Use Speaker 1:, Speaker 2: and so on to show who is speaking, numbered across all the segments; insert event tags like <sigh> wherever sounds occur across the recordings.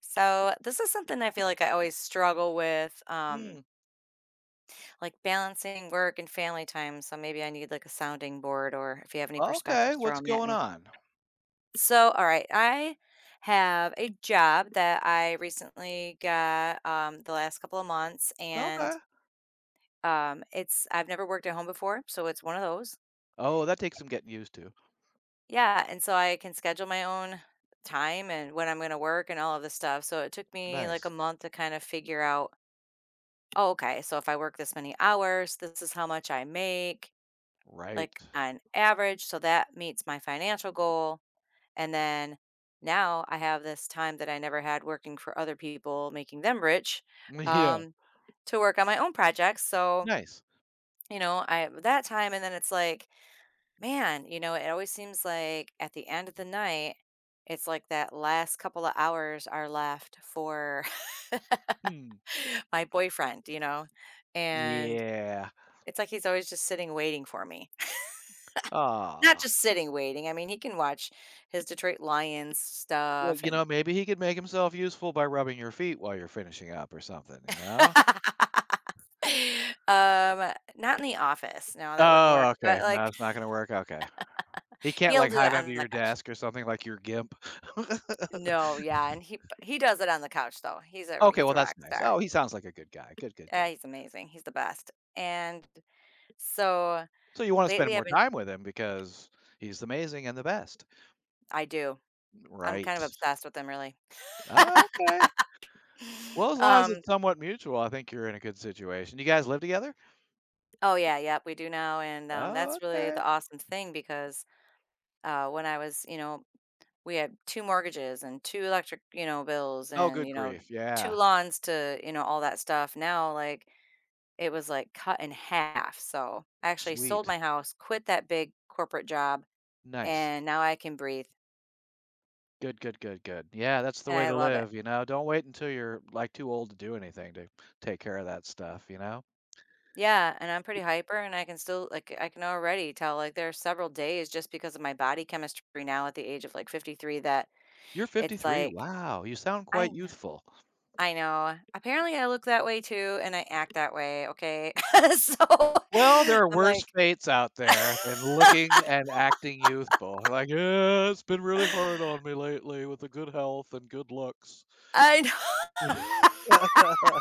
Speaker 1: So this is something I feel like I always struggle with,
Speaker 2: Hmm,
Speaker 1: like balancing work and family time. So maybe I need like a sounding board, or if you have any
Speaker 2: okay,
Speaker 1: perspectives, throw
Speaker 2: what's
Speaker 1: them at
Speaker 2: going
Speaker 1: me.
Speaker 2: on?
Speaker 1: So, all right, I have a job that I recently got the last couple of months, and
Speaker 2: Okay.
Speaker 1: it's I've never worked at home before, so it's one of those.
Speaker 2: Oh, that takes some getting used to.
Speaker 1: Yeah, and so I can schedule my own time and when I'm going to work and all of this stuff. So it took me like a
Speaker 2: Nice.
Speaker 1: month to kind of figure out, oh, okay, so if I work this many hours, this is how much I make,
Speaker 2: Right.
Speaker 1: like
Speaker 2: <laughs>
Speaker 1: on average. So that meets my financial goal. And then now I have this time that I never had working for other people, making them rich,
Speaker 2: Yeah,
Speaker 1: um, to work on my own projects. So,
Speaker 2: nice.
Speaker 1: you know, I have that time. And then it's like, man, you know, it always seems like at the end of the night, it's like that last couple of hours are left for
Speaker 2: Hmm,
Speaker 1: <laughs> my boyfriend, you know? And
Speaker 2: yeah.
Speaker 1: it's like he's always just sitting waiting for me. <laughs> Not
Speaker 2: Ah.
Speaker 1: just sitting waiting, I mean, he can watch his Detroit Lions
Speaker 2: Well,
Speaker 1: stuff and
Speaker 2: maybe he could make himself useful by rubbing your feet while you're finishing up or something, you know?
Speaker 1: <laughs> Not in the office, no, that wouldn't
Speaker 2: Oh,
Speaker 1: work, but,
Speaker 2: okay, no,
Speaker 1: like,
Speaker 2: it's not gonna work, okay. He can't,
Speaker 1: he'll
Speaker 2: like,
Speaker 1: do
Speaker 2: hide
Speaker 1: that
Speaker 2: under
Speaker 1: on the
Speaker 2: your
Speaker 1: couch.
Speaker 2: desk or something like your gimp?
Speaker 1: No,
Speaker 2: <laughs>
Speaker 1: yeah, and he does it on the couch, though. He's a
Speaker 2: Okay,
Speaker 1: he's
Speaker 2: well,
Speaker 1: a
Speaker 2: that's
Speaker 1: rock
Speaker 2: nice. Oh,
Speaker 1: star.
Speaker 2: he sounds like a good guy. Good, good,
Speaker 1: Yeah,
Speaker 2: good.
Speaker 1: he's amazing, he's the best, and so,
Speaker 2: So you wanna spend
Speaker 1: lately
Speaker 2: more time with him because he's amazing and the best.
Speaker 1: I do. I'm kind
Speaker 2: Right.
Speaker 1: of obsessed with him, really.
Speaker 2: Oh, okay.
Speaker 1: <laughs>
Speaker 2: Well, as long as
Speaker 1: Um,
Speaker 2: it's somewhat mutual, I think you're in a good situation. You guys live together?
Speaker 1: oh, yeah, yep, we do now, and,
Speaker 2: Oh,
Speaker 1: that's really
Speaker 2: okay.
Speaker 1: the awesome thing because when I was, you know, we had two mortgages and two electric, you know, bills
Speaker 2: Oh,
Speaker 1: and,
Speaker 2: good
Speaker 1: you know,
Speaker 2: grief.
Speaker 1: two
Speaker 2: Yeah.
Speaker 1: lawns to, you know, all that stuff. Now, like, it was like cut in half. So I actually sold
Speaker 2: Sweet.
Speaker 1: my house, quit that big corporate job,
Speaker 2: Nice.
Speaker 1: and now I can breathe
Speaker 2: Good, good, good, good. Yeah, that's the
Speaker 1: and
Speaker 2: way
Speaker 1: I
Speaker 2: to
Speaker 1: love it.
Speaker 2: live. Don't wait until you're like too old to do anything to take care of that stuff, you know.
Speaker 1: Yeah. And I'm pretty hyper and I can still, like, I can already tell, like, there are several days just because of my body chemistry now at the age of like 53 that
Speaker 2: You're
Speaker 1: it's
Speaker 2: 53.
Speaker 1: like,
Speaker 2: Wow, you sound
Speaker 1: I
Speaker 2: quite
Speaker 1: know.
Speaker 2: youthful.
Speaker 1: I know. Apparently, I look that way too, and I act that way. Okay, <laughs> so
Speaker 2: Well, there are
Speaker 1: <laughs> I'm
Speaker 2: worse
Speaker 1: like,
Speaker 2: fates out
Speaker 1: <laughs>
Speaker 2: there than looking and acting youthful. Like, yeah, it's been really hard on me lately with the good health and good looks.
Speaker 1: I know.
Speaker 2: <laughs>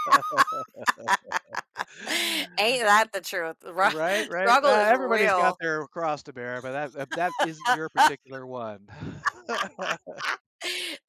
Speaker 1: <laughs> Ain't that the truth?
Speaker 2: Right, right.
Speaker 1: Struggle is
Speaker 2: Everybody's got
Speaker 1: real.
Speaker 2: their cross to bear, but that isn't your
Speaker 1: <laughs>
Speaker 2: particular one. <laughs>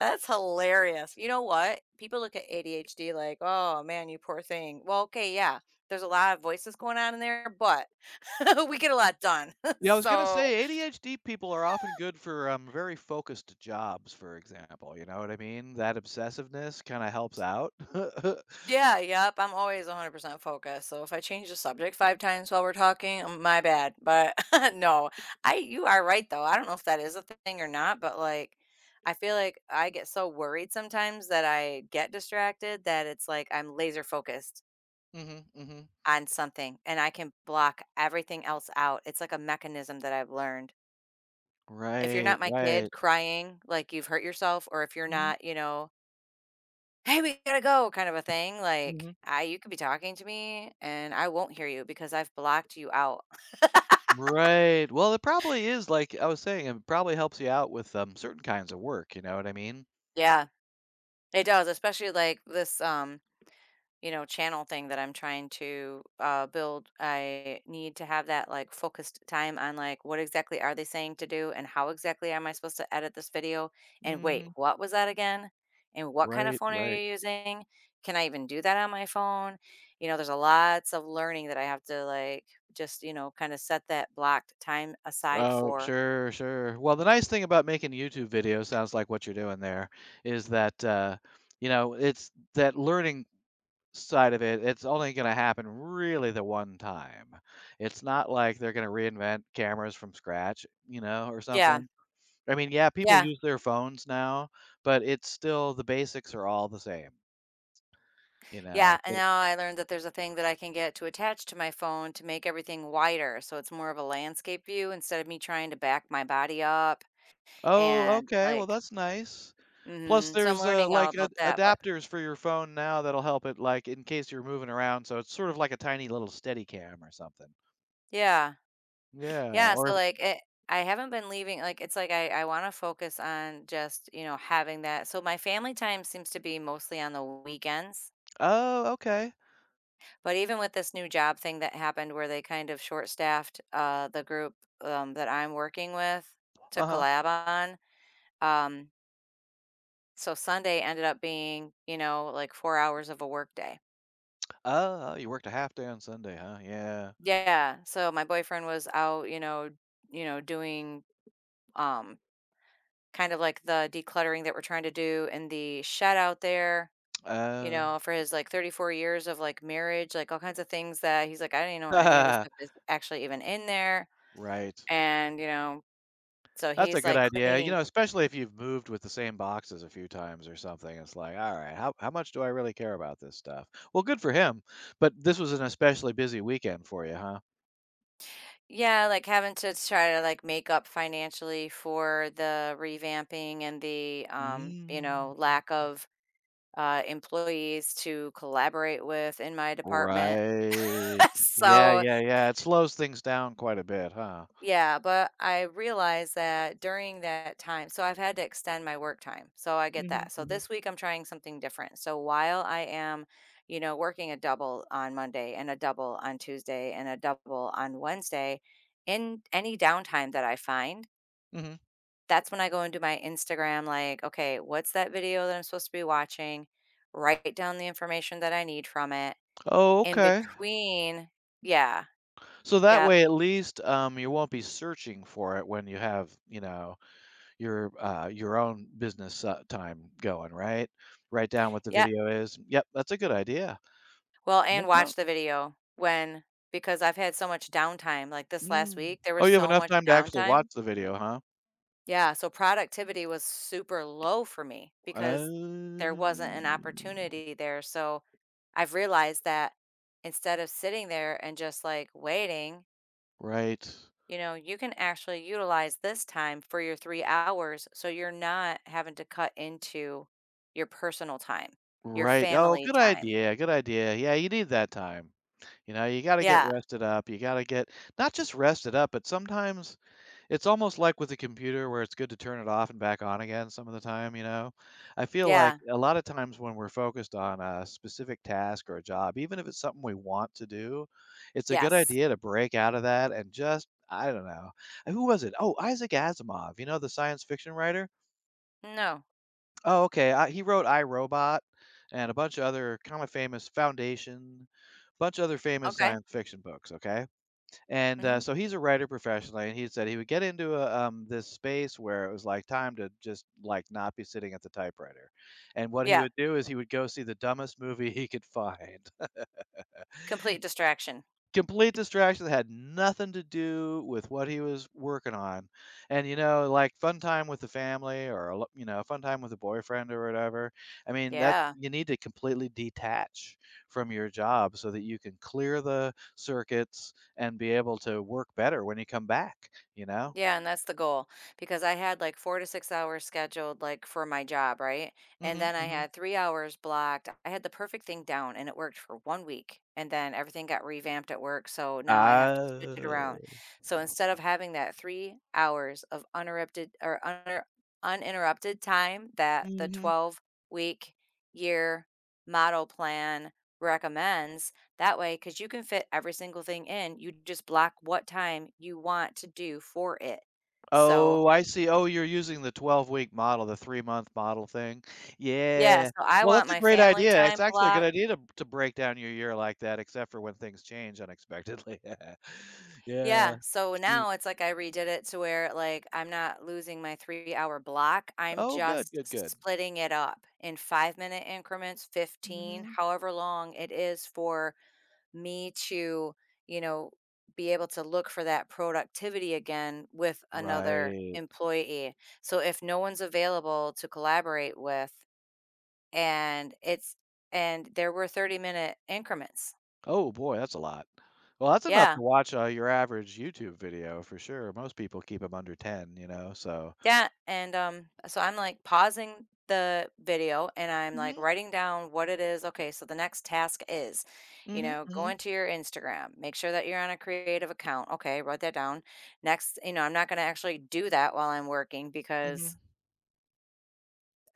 Speaker 1: That's hilarious. You know what? People look at ADHD like, oh man, you poor thing. Well, okay, yeah, there's a lot of voices going on in there, but <laughs> we get a lot done. <laughs>
Speaker 2: Yeah, I was gonna
Speaker 1: so
Speaker 2: say ADHD people are often good for very focused jobs, for example. You know what I mean? That obsessiveness kind of helps out. <laughs>
Speaker 1: Yeah, yep. I'm always 100% focused. So if I change the subject five times while we're talking, my bad. But <laughs> no, I you are right though. I don't know if that is a thing or not, but like I feel like I get so worried sometimes that I get distracted that it's like I'm laser focused
Speaker 2: Hmm, hmm.
Speaker 1: on something and I can block everything else out. It's like a mechanism that I've learned. If you're
Speaker 2: Right,
Speaker 1: not my
Speaker 2: right.
Speaker 1: kid crying like you've hurt yourself or if you're
Speaker 2: Hmm,
Speaker 1: not, you know, hey, we gotta go kind of a thing. Like,
Speaker 2: hmm.
Speaker 1: you could be talking to me and I won't hear you because I've blocked you out.
Speaker 2: Right. Well, it probably is like I was saying, it probably helps you out with certain kinds of work. You know what I mean?
Speaker 1: Yeah, it does, especially like this. You know, channel thing that I'm trying to build, I need to have that like focused time on like what exactly are they saying to do and how exactly am I supposed to edit this video? And wait,
Speaker 2: Hmm.
Speaker 1: what was that again? And what kind of
Speaker 2: Right,
Speaker 1: phone are
Speaker 2: right.
Speaker 1: you using? Can I even do that on my phone? You know, there's a lots of learning that I have to like just, you know, kind of set that blocked time aside
Speaker 2: Oh,
Speaker 1: for.
Speaker 2: sure, sure. Well, the nice thing about making YouTube videos sounds like what you're doing there is that, it's that learning side of it, it's only going to happen really the one time. It's not like they're going to reinvent cameras from scratch, or
Speaker 1: Yeah.
Speaker 2: something. I mean, yeah, people
Speaker 1: Yeah.
Speaker 2: use their phones now, but it's still the basics are all the same, you know.
Speaker 1: Yeah, and
Speaker 2: Get-
Speaker 1: now I learned that there's a thing that I can get to attach to my phone to make everything wider, so it's more of a landscape view instead of me trying to back my body up
Speaker 2: Oh,
Speaker 1: and
Speaker 2: okay. Well,
Speaker 1: like
Speaker 2: that's nice. Plus,
Speaker 1: mhm, so I'm
Speaker 2: there's,
Speaker 1: learning all
Speaker 2: like, ad
Speaker 1: about that, but
Speaker 2: adapters for your phone now that'll help it, like, in case you're moving around, so it's sort of like a tiny little Steadicam or something.
Speaker 1: yeah.
Speaker 2: Yeah,
Speaker 1: Yeah, so,
Speaker 2: or
Speaker 1: like, it I haven't been leaving like, it's like I wanna focus on just, you know, having that so my family time seems to be mostly on the weekends,
Speaker 2: Oh, okay.
Speaker 1: but even with this new job thing that happened where they kind of short-staffed, the group, that I'm working with to
Speaker 2: Uh-huh.
Speaker 1: collab on. Um, so Sunday ended up being, you know, like 4 hours of a work day.
Speaker 2: Oh, you worked a half day on Sunday, huh? Yeah.
Speaker 1: Yeah, so my boyfriend was out, you know, doing, um, kind of like the decluttering that we're trying to do in the shed out there, you
Speaker 2: Oh.
Speaker 1: know, for his, like, 34 years of, like, marriage, like, all kinds of things that he's like, "I don't even know any of this stuff
Speaker 2: <laughs>
Speaker 1: is actually even in there,"
Speaker 2: Right.
Speaker 1: and, you know, so
Speaker 2: That's a
Speaker 1: he's,
Speaker 2: good
Speaker 1: like,
Speaker 2: idea, you
Speaker 1: cleaning.
Speaker 2: know, especially if you've moved with the same boxes a few times or something, it's like, "Alright, how much do I really care about this stuff?" Well, good for him, but this was an especially busy weekend for you, huh?
Speaker 1: Yeah, like having to try to like make up financially for the revamping and the
Speaker 2: Mm.
Speaker 1: lack of employees to collaborate with in my department. <laughs>
Speaker 2: Right. Yeah,
Speaker 1: So,
Speaker 2: yeah, yeah, it slows things down quite a bit, huh?
Speaker 1: yeah, but I realized that during that time, so I've had to extend my work time. So I get
Speaker 2: Mhm,
Speaker 1: that. So
Speaker 2: mhm,
Speaker 1: this week I'm trying something different. So while I am, you know, working a double on Monday and a double on Tuesday and a double on Wednesday, in any downtime that I find,
Speaker 2: mhm.
Speaker 1: that's when I go into my Instagram, like, okay, what's that video that I'm supposed to be watching? Write down the information that I need from it.
Speaker 2: Oh,
Speaker 1: In
Speaker 2: okay.
Speaker 1: between, yeah,
Speaker 2: So that
Speaker 1: yep,
Speaker 2: way, at least, you won't be searching for it when you have, your own business, time going, right? Write down what the
Speaker 1: yeah.
Speaker 2: video is. Yep, that's a good idea.
Speaker 1: Well, and
Speaker 2: That's
Speaker 1: watch
Speaker 2: not
Speaker 1: the video when, because I've had so much downtime. Like this last
Speaker 2: Mm.
Speaker 1: week, there
Speaker 2: Oh,
Speaker 1: was
Speaker 2: you have
Speaker 1: so
Speaker 2: enough
Speaker 1: much
Speaker 2: time to actually watch
Speaker 1: downtime.
Speaker 2: the video, huh?
Speaker 1: Yeah. So productivity was super low for me because there
Speaker 2: Uh.
Speaker 1: wasn't an opportunity there. So I've realized that instead of sitting there and just like waiting,
Speaker 2: Right.
Speaker 1: you know, you can actually utilize this time for your 3 hours so you're not having to cut into your personal time, your
Speaker 2: Right. Oh,
Speaker 1: family
Speaker 2: good
Speaker 1: time.
Speaker 2: idea, good idea. Yeah, you need that time. You know, you gotta get
Speaker 1: Yeah,
Speaker 2: rested up, you gotta get not just rested up, but sometimes it's almost like with a computer where it's good to turn it off and back on again some of the time, you know? I feel like
Speaker 1: yeah,
Speaker 2: a lot of times when we're focused on a specific task or a job, even if it's something we want to do, it's a good
Speaker 1: yes.
Speaker 2: idea to break out of that and just I don't know. Who was it? Oh, Isaac Asimov, you know, the science fiction writer?
Speaker 1: No.
Speaker 2: Oh, okay. He wrote I, Robot and a bunch of other kind of famous Foundation, bunch of other famous
Speaker 1: Okay.
Speaker 2: science fiction books. Okay, and
Speaker 1: Hmm.
Speaker 2: so he's a writer professionally, and he said he would get into this space where it was like time to just like not be sitting at the typewriter, and what he
Speaker 1: Yeah.
Speaker 2: would do is he would go see the dumbest movie <laughs> he could find.
Speaker 1: Complete distraction.
Speaker 2: Complete distraction that had nothing to do with what he was working on. And, like, fun time with the family or, a lo you know, fun time with a boyfriend or whatever, I mean, that's
Speaker 1: Yeah.
Speaker 2: you need to completely detach from your job so that you can clear the circuits and be able to work better when you come back, you know?
Speaker 1: Yeah, and that's the goal because I had like 4 to 6 hours scheduled, like for my job, right? And
Speaker 2: Mhm,
Speaker 1: then I
Speaker 2: mhm.
Speaker 1: had 3 hours blocked. I had the perfect thing down and it worked for one week. And then everything got revamped at work. So now I have to switch it
Speaker 2: Ah.
Speaker 1: around. So instead of having that 3 hours of uninterrupted or uninterrupted time that the
Speaker 2: Mhm.
Speaker 1: 12-week year model plan recommends, that way, because you can fit every single thing in, you just block what time you want to do for it. So,
Speaker 2: Oh, I see. Oh, you're using the 12-week model, the 3-month model thing.
Speaker 1: yeah,
Speaker 2: Yeah.
Speaker 1: so I
Speaker 2: Well,
Speaker 1: want
Speaker 2: that's a
Speaker 1: my
Speaker 2: great
Speaker 1: family
Speaker 2: idea. It's
Speaker 1: time
Speaker 2: actually a good
Speaker 1: block.
Speaker 2: idea to break down your year like that, except for when things change unexpectedly. <laughs> Yeah. Yeah.
Speaker 1: Yeah, so
Speaker 2: Shoot.
Speaker 1: now it's like I redid it to where like I'm not losing my 3 hour block. I'm
Speaker 2: Oh, good,
Speaker 1: just
Speaker 2: good, good.
Speaker 1: splitting it up in 5 minute increments, 15,
Speaker 2: Mhm.
Speaker 1: however long it is for me to, you know, be able to look for that productivity again with another
Speaker 2: Right.
Speaker 1: employee. So if no one's available to collaborate with and it's and there were 30-minute increments.
Speaker 2: Oh, boy, that's a lot. Well, that's enough
Speaker 1: Yeah.
Speaker 2: to watch, your average YouTube video for sure. Most people keep them under 10, so
Speaker 1: Yeah, and so I'm like pausing the video and I'm like
Speaker 2: Mhm.
Speaker 1: writing down what it is. Okay, so the next task is, you
Speaker 2: Mhm,
Speaker 1: know, go
Speaker 2: mhm,
Speaker 1: into your Instagram, make sure that you're on a creative account. Okay, wrote that down. Next, you know, I'm not going to actually do that while I'm working because
Speaker 2: mhm.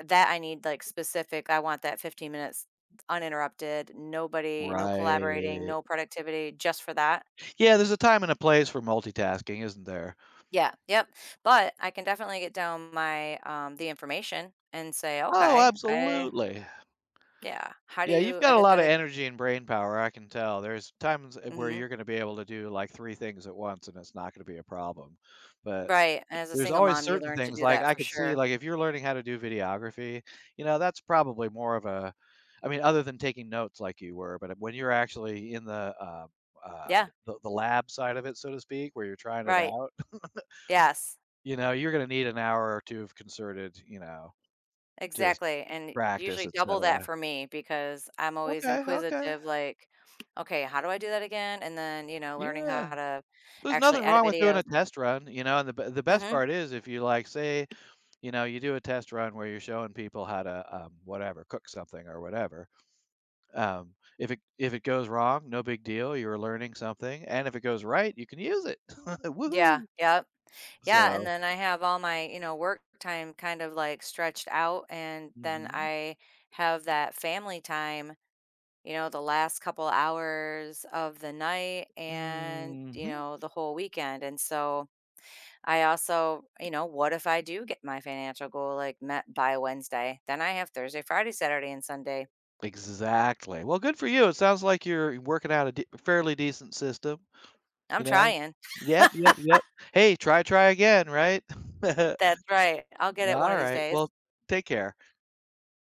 Speaker 1: that I need like specific, I want that 15 minutes uninterrupted, nobody, no collaborating,
Speaker 2: Right.
Speaker 1: no productivity, just for that.
Speaker 2: Yeah, there's a time and a place for multitasking, isn't there?
Speaker 1: Yeah, yep. But I can definitely get down my the information and say,
Speaker 2: Oh,
Speaker 1: okay, I
Speaker 2: absolutely.
Speaker 1: Yeah, how do
Speaker 2: Yeah, you've
Speaker 1: you
Speaker 2: got a
Speaker 1: edit
Speaker 2: lot
Speaker 1: that,
Speaker 2: of
Speaker 1: like
Speaker 2: energy and brain power, I can tell. There's times where
Speaker 1: mhm,
Speaker 2: you're going to be able to do like 3 things at once and it's not going to be a problem. But
Speaker 1: right, and as a
Speaker 2: there's
Speaker 1: single
Speaker 2: always
Speaker 1: mom, you
Speaker 2: certain
Speaker 1: learn to
Speaker 2: things
Speaker 1: do
Speaker 2: like
Speaker 1: that
Speaker 2: I
Speaker 1: for
Speaker 2: could see
Speaker 1: sure.
Speaker 2: like if you're learning how to do videography, that's probably more of a I mean other than taking notes like you were, but when you're actually in the uh uh
Speaker 1: Yeah,
Speaker 2: the, the lab side of it so to speak where you're trying it
Speaker 1: right,
Speaker 2: out
Speaker 1: yes,
Speaker 2: <laughs> you're going to need an hour or two of concerted just
Speaker 1: exactly, and
Speaker 2: practice,
Speaker 1: usually double
Speaker 2: etc.
Speaker 1: that for me because I'm always
Speaker 2: Okay, okay.
Speaker 1: inquisitive, like, "Okay, how do I do that again?" And then, you know, learning
Speaker 2: Yeah,
Speaker 1: how to
Speaker 2: there's
Speaker 1: actually
Speaker 2: nothing
Speaker 1: edit
Speaker 2: wrong with doing
Speaker 1: videos.
Speaker 2: a test run, and the best
Speaker 1: Mhm,
Speaker 2: part is if you, like, say, you do a test run where you're showing people how to, whatever, cook something or whatever, if it goes wrong, no big deal, you're learning something, and if it goes right, you can use it. <laughs>
Speaker 1: yeah,
Speaker 2: Woohoo.
Speaker 1: yep, yeah, and
Speaker 2: So
Speaker 1: then I have all my, you know, work time kind of, like, stretched out, and then
Speaker 2: Mhm.
Speaker 1: I have that family time, you know, the last couple hours of the night and, you
Speaker 2: Mhm.
Speaker 1: know, the whole weekend. And so I also, you know, what if I do get my financial goal like met by Wednesday? Then I have Thursday, Friday, Saturday, and Sunday.
Speaker 2: Exactly. Well, good for you, it sounds like you're working out a d fairly decent system, you
Speaker 1: I'm
Speaker 2: know?
Speaker 1: trying.
Speaker 2: Yep, yep, yep. Hey, try, try again, right? <laughs>
Speaker 1: That's right. I'll get it one
Speaker 2: All
Speaker 1: of these
Speaker 2: right.
Speaker 1: days.
Speaker 2: Well, take care.